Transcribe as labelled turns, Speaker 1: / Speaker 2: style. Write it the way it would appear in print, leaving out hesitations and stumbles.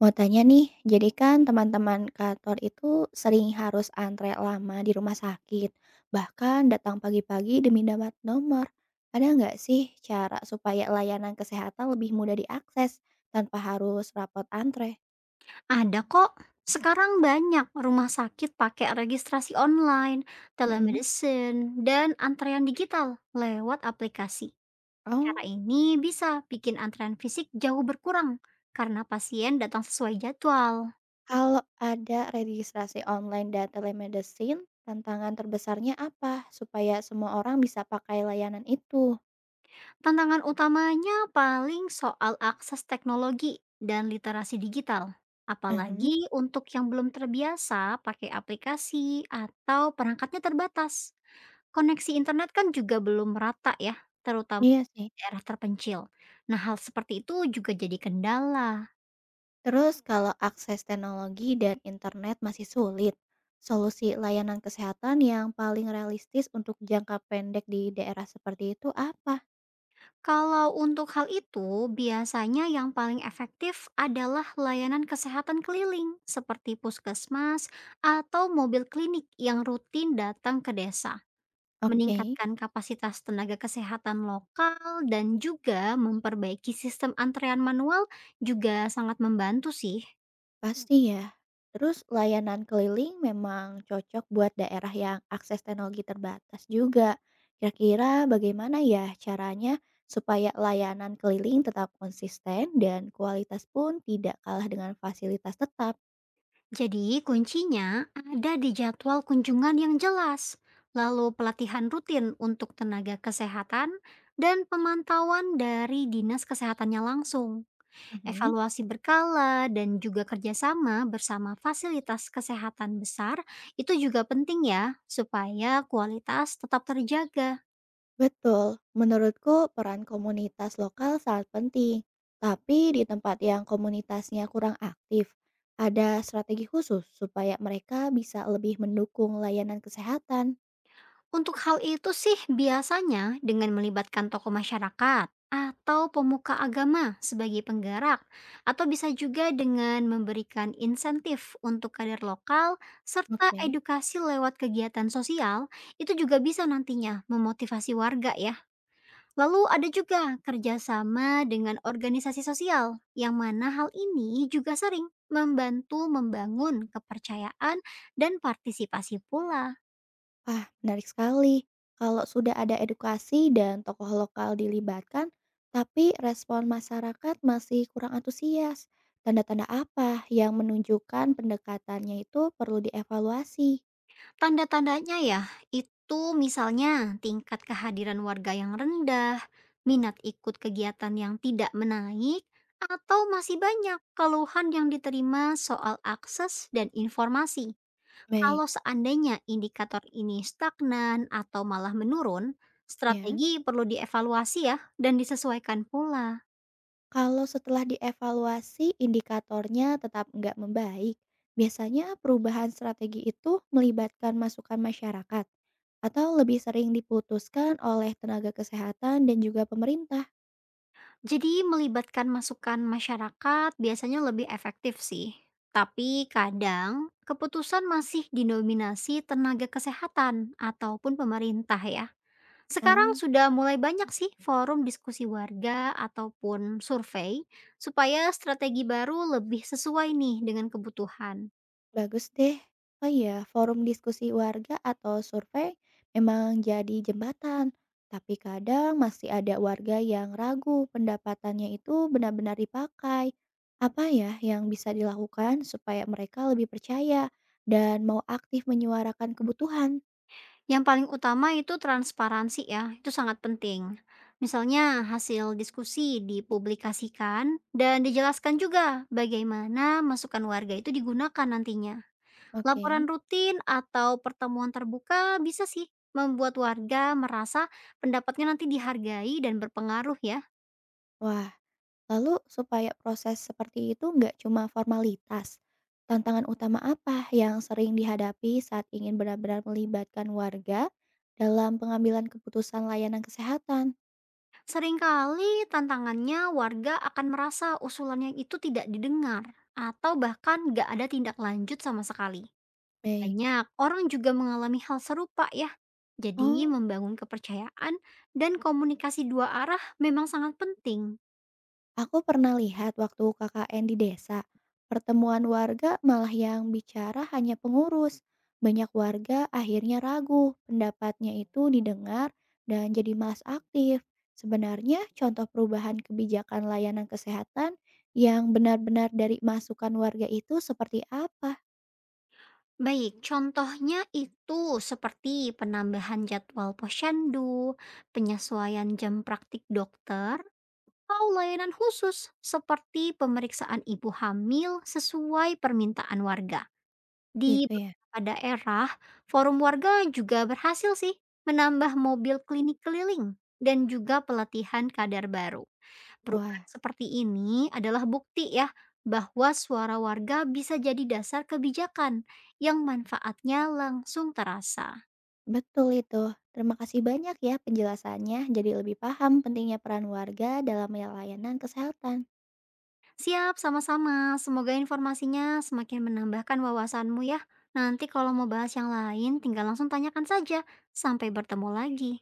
Speaker 1: Mau tanya nih, jadi kan teman-teman kantor itu sering harus antre lama di rumah sakit, bahkan datang pagi-pagi demi dapat nomor. Ada nggak sih cara supaya layanan kesehatan lebih mudah diakses tanpa harus rapot antre?
Speaker 2: Ada kok. Sekarang banyak rumah sakit pakai registrasi online,
Speaker 1: Mhm.
Speaker 2: telemedicine, dan antrean digital lewat aplikasi. Cara
Speaker 1: Oh,
Speaker 2: ini bisa bikin antrean fisik jauh berkurang karena pasien datang sesuai jadwal.
Speaker 1: Kalau ada registrasi online dan telemedicine, tantangan terbesarnya apa supaya semua orang bisa pakai layanan itu?
Speaker 2: Tantangan utamanya paling soal akses teknologi dan literasi digital.
Speaker 1: Mhm.
Speaker 2: Apalagi untuk yang belum terbiasa pakai aplikasi atau perangkatnya terbatas. Koneksi internet kan juga belum merata ya, terutama
Speaker 1: Iya sih.
Speaker 2: daerah terpencil. Nah, hal seperti itu juga jadi kendala.
Speaker 1: Terus kalau akses teknologi dan internet masih sulit, solusi layanan kesehatan yang paling realistis untuk jangka pendek di daerah seperti itu apa?
Speaker 2: Kalau untuk hal itu, biasanya yang paling efektif adalah layanan kesehatan keliling, seperti puskesmas atau mobil klinik yang rutin datang ke desa,
Speaker 1: Oke,
Speaker 2: meningkatkan kapasitas tenaga kesehatan lokal, dan juga memperbaiki sistem antrean manual juga sangat membantu sih.
Speaker 1: pasti ya. Terus layanan keliling memang cocok buat daerah yang akses teknologi terbatas juga. Kira-kira bagaimana ya caranya supaya layanan keliling tetap konsisten dan kualitas pun tidak kalah dengan fasilitas tetap?
Speaker 2: Jadi, kuncinya ada di jadwal kunjungan yang jelas, lalu pelatihan rutin untuk tenaga kesehatan, dan pemantauan dari dinas kesehatannya langsung,
Speaker 1: Mhm.
Speaker 2: evaluasi berkala, dan juga kerjasama bersama fasilitas kesehatan besar. Itu juga penting, ya, supaya kualitas tetap terjaga.
Speaker 1: Betul, menurutku peran komunitas lokal sangat penting. Tapi di tempat yang komunitasnya kurang aktif, ada strategi khusus supaya mereka bisa lebih mendukung layanan kesehatan.
Speaker 2: Untuk hal itu sih biasanya dengan melibatkan tokoh masyarakat atau pemuka agama sebagai penggerak atau bisa juga dengan memberikan insentif untuk kader lokal serta
Speaker 1: Oke.
Speaker 2: edukasi lewat kegiatan sosial itu juga bisa nantinya memotivasi warga ya. Lalu ada juga kerjasama dengan organisasi sosial yang mana hal ini juga sering membantu membangun kepercayaan dan partisipasi pula.
Speaker 1: Wah, menarik sekali. Kalau sudah ada edukasi dan tokoh lokal dilibatkan, tapi respon masyarakat masih kurang antusias. Tanda-tanda apa yang menunjukkan pendekatannya itu perlu dievaluasi?
Speaker 2: Tanda-tandanya ya, itu misalnya tingkat kehadiran warga yang rendah, minat ikut kegiatan yang tidak menaik, atau masih banyak keluhan yang diterima soal akses dan informasi.
Speaker 1: Baik,
Speaker 2: Kalau seandainya indikator ini stagnan atau malah menurun,
Speaker 1: ya.
Speaker 2: strategi perlu dievaluasi ya dan disesuaikan pula.
Speaker 1: Kalau setelah dievaluasi indikatornya tetap nggak membaik, biasanya perubahan strategi itu melibatkan masukan masyarakat atau lebih sering diputuskan oleh tenaga kesehatan dan juga pemerintah?
Speaker 2: Jadi melibatkan masukan masyarakat biasanya lebih efektif sih. Tapi kadang keputusan masih didominasi tenaga kesehatan ataupun pemerintah ya. Sekarang
Speaker 1: Oh.
Speaker 2: sudah mulai banyak sih forum diskusi warga ataupun survei supaya strategi baru lebih sesuai nih dengan kebutuhan.
Speaker 1: Bagus deh. Oh iya, forum diskusi warga atau survei memang jadi jembatan, tapi kadang masih ada warga yang ragu pendapatannya itu benar-benar dipakai. Apa ya yang bisa dilakukan supaya mereka lebih percaya dan mau aktif menyuarakan kebutuhan?
Speaker 2: Yang paling utama itu transparansi ya, itu sangat penting. Misalnya hasil diskusi dipublikasikan dan dijelaskan juga bagaimana masukan warga itu digunakan nantinya.
Speaker 1: Oke.
Speaker 2: Laporan rutin atau pertemuan terbuka bisa sih membuat warga merasa pendapatnya nanti dihargai dan berpengaruh ya.
Speaker 1: Wah, lalu supaya proses seperti itu nggak cuma formalitas, tantangan utama apa yang sering dihadapi saat ingin benar-benar melibatkan warga dalam pengambilan keputusan layanan kesehatan?
Speaker 2: Seringkali tantangannya warga akan merasa usulannya itu tidak didengar atau bahkan nggak ada tindak lanjut sama sekali.
Speaker 1: Baik.
Speaker 2: Banyak orang juga mengalami hal serupa ya. Jadi
Speaker 1: Oh,
Speaker 2: membangun kepercayaan dan komunikasi dua arah memang sangat penting.
Speaker 1: Aku pernah lihat waktu KKN di desa, pertemuan warga malah yang bicara hanya pengurus. Banyak warga akhirnya ragu, pendapatnya itu didengar dan jadi malas aktif. Sebenarnya contoh perubahan kebijakan layanan kesehatan yang benar-benar dari masukan warga itu seperti apa?
Speaker 2: Baik, contohnya itu seperti penambahan jadwal posyandu, penyesuaian jam praktik dokter, atau layanan khusus seperti pemeriksaan ibu hamil sesuai permintaan warga. Di
Speaker 1: Gitu ya.
Speaker 2: beberapa daerah, forum warga juga berhasil sih menambah mobil klinik keliling dan juga pelatihan kadar baru. Perubahan
Speaker 1: Wah,
Speaker 2: seperti ini adalah bukti ya bahwa suara warga bisa jadi dasar kebijakan yang manfaatnya langsung terasa.
Speaker 1: betul itu. Terima kasih banyak ya penjelasannya, jadi lebih paham pentingnya peran warga dalam layanan kesehatan.
Speaker 2: Siap, sama-sama. Semoga informasinya semakin menambahkan wawasanmu ya. Nanti kalau mau bahas yang lain, tinggal langsung tanyakan saja. Sampai bertemu lagi.